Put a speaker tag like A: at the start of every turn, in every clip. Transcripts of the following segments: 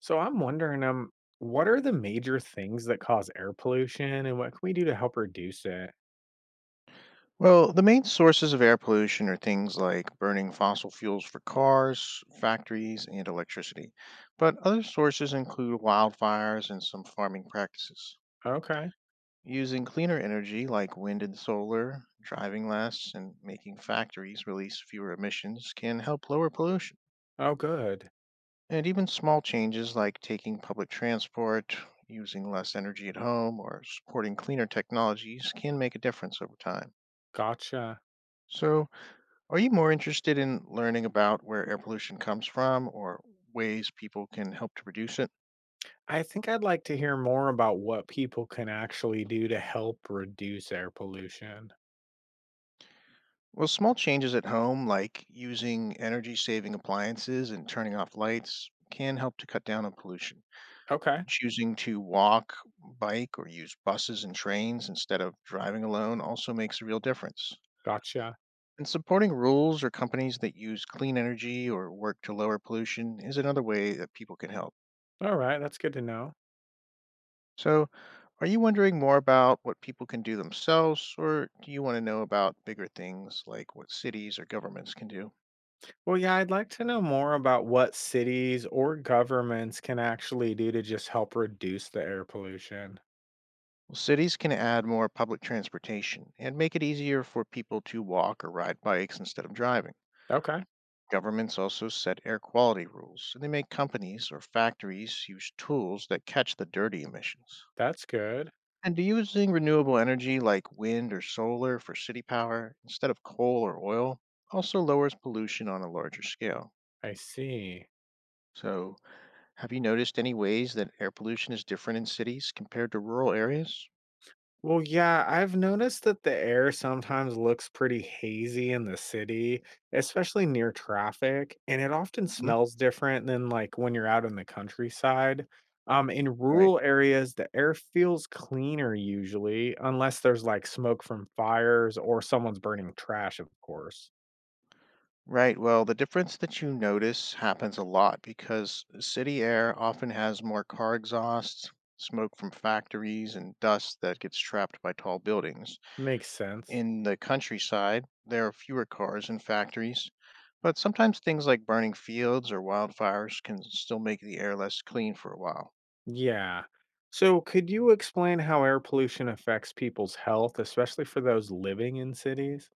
A: So I'm wondering, um, what are the major things that cause air pollution and what can we do to help reduce it?
B: Well, the main sources of air pollution are things like burning fossil fuels for cars, factories, and electricity. But other sources include wildfires and some farming practices.
A: Okay.
B: Using cleaner energy like wind and solar, driving less, and making factories release fewer emissions can help lower pollution.
A: Oh, good.
B: And even small changes like taking public transport, using less energy at home, or supporting cleaner technologies can make a difference over time.
A: Gotcha.
B: So, are you more interested in learning about where air pollution comes from or ways people can help to reduce it?
A: I think I'd like to hear more about what people can actually do to help reduce air pollution.
B: Well, small changes at home, like using energy saving appliances and turning off lights, can help to cut down on pollution.
A: Okay.
B: Choosing to walk, bike, or use buses and trains instead of driving alone also makes a real difference.
A: Gotcha.
B: And supporting rules or companies that use clean energy or work to lower pollution is another way that people can help.
A: All right. That's good to know.
B: So, are you wondering more about what people can do themselves, or do you want to know about bigger things like what cities or governments can do?
A: Well, yeah, I'd like to know more about what cities or governments can actually do to just help reduce the air pollution.
B: Well, cities can add more public transportation and make it easier for people to walk or ride bikes instead of driving.
A: Okay.
B: Governments also set air quality rules, and they make companies or factories use tools that catch the dirty emissions.
A: That's good.
B: And do using renewable energy like wind or solar for city power instead of coal or oil also lowers pollution on a larger scale.
A: I see.
B: So, have you noticed any ways that air pollution is different in cities compared to rural areas?
A: Well, yeah, I've noticed that the air sometimes looks pretty hazy in the city, especially near traffic, and it often
B: Mhm.
A: smells different than like when you're out in the countryside. In
B: Right.
A: rural areas, the air feels cleaner usually, unless there's like smoke from fires or someone's burning trash, of course.
B: Right. Well, the difference that you notice happens a lot because city air often has more car exhausts, smoke from factories, and dust that gets trapped by tall buildings.
A: Makes sense.
B: In the countryside, there are fewer cars and factories, but sometimes things like burning fields or wildfires can still make the air less clean for a while.
A: Yeah. So, could you explain how air pollution affects people's health, especially for those living in cities?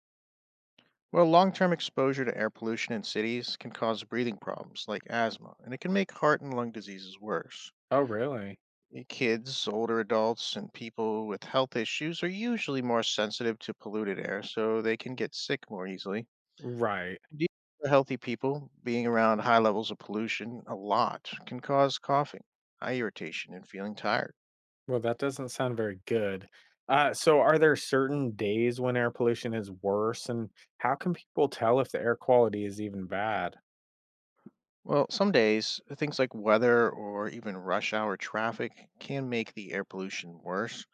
B: Well, long term exposure to air pollution in cities can cause breathing problems like asthma, and it can make heart and lung diseases worse.
A: Oh, really?
B: Kids, older adults, and people with health issues are usually more sensitive to polluted air, so they can get sick more easily.
A: Right.
B: Indeed, for healthy people, being around high levels of pollution a lot can cause coughing, eye irritation, and feeling tired.
A: Well, that doesn't sound very good. So, are there certain days when air pollution is worse, and how can people tell if the air quality is even bad?
B: Well, some days, things like weather or even rush hour traffic can make the air pollution worse.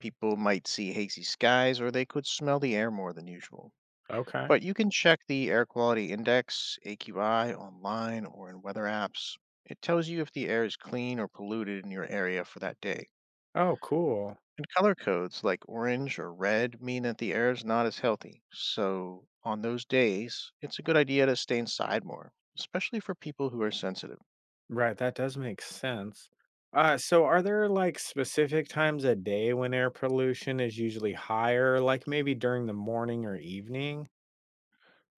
B: People might see hazy skies or they could smell the air more than usual.
A: Okay.
B: But you can check the Air Quality Index, AQI, online or in weather apps. It tells you if the air is clean or polluted in your area for that day.
A: Oh, cool.
B: And color codes like orange or red mean that the air is not as healthy. So, on those days, it's a good idea to stay inside more, especially for people who are sensitive.
A: Right, that does make sense. So, are there like specific times a day when air pollution is usually higher, like maybe during the morning or evening?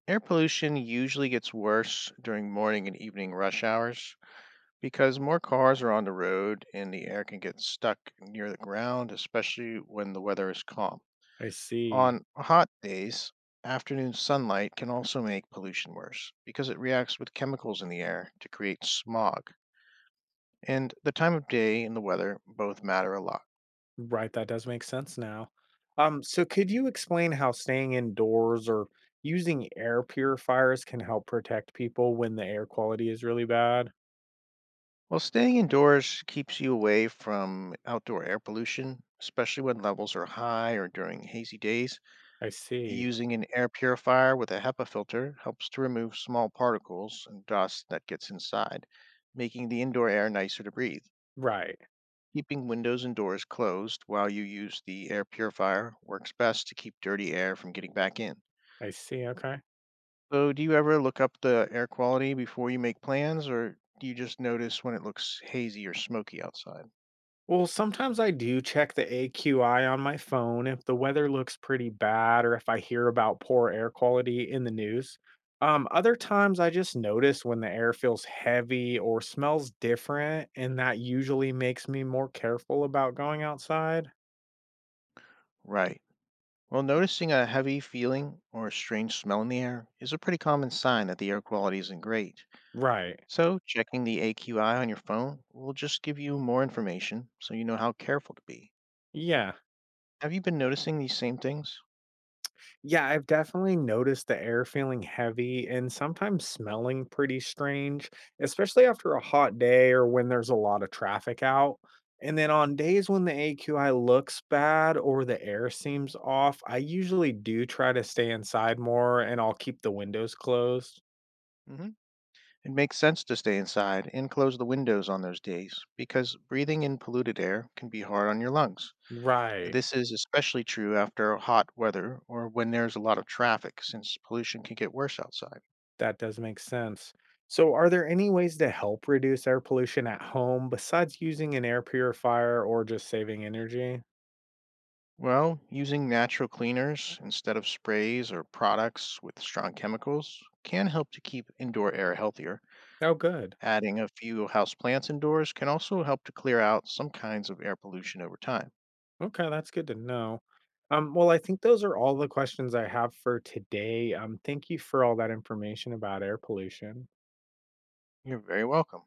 B: Air pollution usually gets worse during morning and evening rush hours, because more cars are on the road and the air can get stuck near the ground, especially when the weather is calm.
A: I see.
B: On hot days, afternoon sunlight can also make pollution worse because it reacts with chemicals in the air to create smog. And the time of day and the weather both matter a lot.
A: Right, that does make sense now. So could you explain how staying indoors or using air purifiers can help protect people when the air quality is really bad?
B: Well, staying indoors keeps you away from outdoor air pollution, especially when levels are high or during hazy days.
A: I see.
B: Using an air purifier with a HEPA filter helps to remove small particles and dust that gets inside, making the indoor air nicer to breathe.
A: Right.
B: Keeping windows and doors closed while you use the air purifier works best to keep dirty air from getting back in.
A: I see. Okay.
B: So, do you ever look up the air quality before you make plans, or do you just notice when it looks hazy or smoky outside?
A: Well, sometimes I do check the AQI on my phone if the weather looks pretty bad or if I hear about poor air quality in the news. Other times I just notice when the air feels heavy or smells different, and that usually makes me more careful about going outside.
B: Right. Well, noticing a heavy feeling or a strange smell in the air is a pretty common sign that the air quality isn't great.
A: Right.
B: So, checking the AQI on your phone will just give you more information so you know how careful to be.
A: Yeah.
B: Have you been noticing these same things?
A: Yeah, I've definitely noticed the air feeling heavy and sometimes smelling pretty strange, especially after a hot day or when there's a lot of traffic out. And then on days when the AQI looks bad or the air seems off, I usually do try to stay inside more and I'll keep the windows closed.
B: Mhm. It makes sense to stay inside and close the windows on those days because breathing in polluted air can be hard on your lungs.
A: Right.
B: This is especially true after hot weather or when there's a lot of traffic, since pollution can get worse outside.
A: That does make sense. So, are there any ways to help reduce air pollution at home besides using an air purifier or just saving energy?
B: Well, using natural cleaners instead of sprays or products with strong chemicals can help to keep indoor air healthier.
A: Oh, good.
B: Adding a few house plants indoors can also help to clear out some kinds of air pollution over time.
A: Okay, that's good to know. Well, I think those are all the questions I have for today. Thank you for all that information about air pollution.
B: You're very welcome.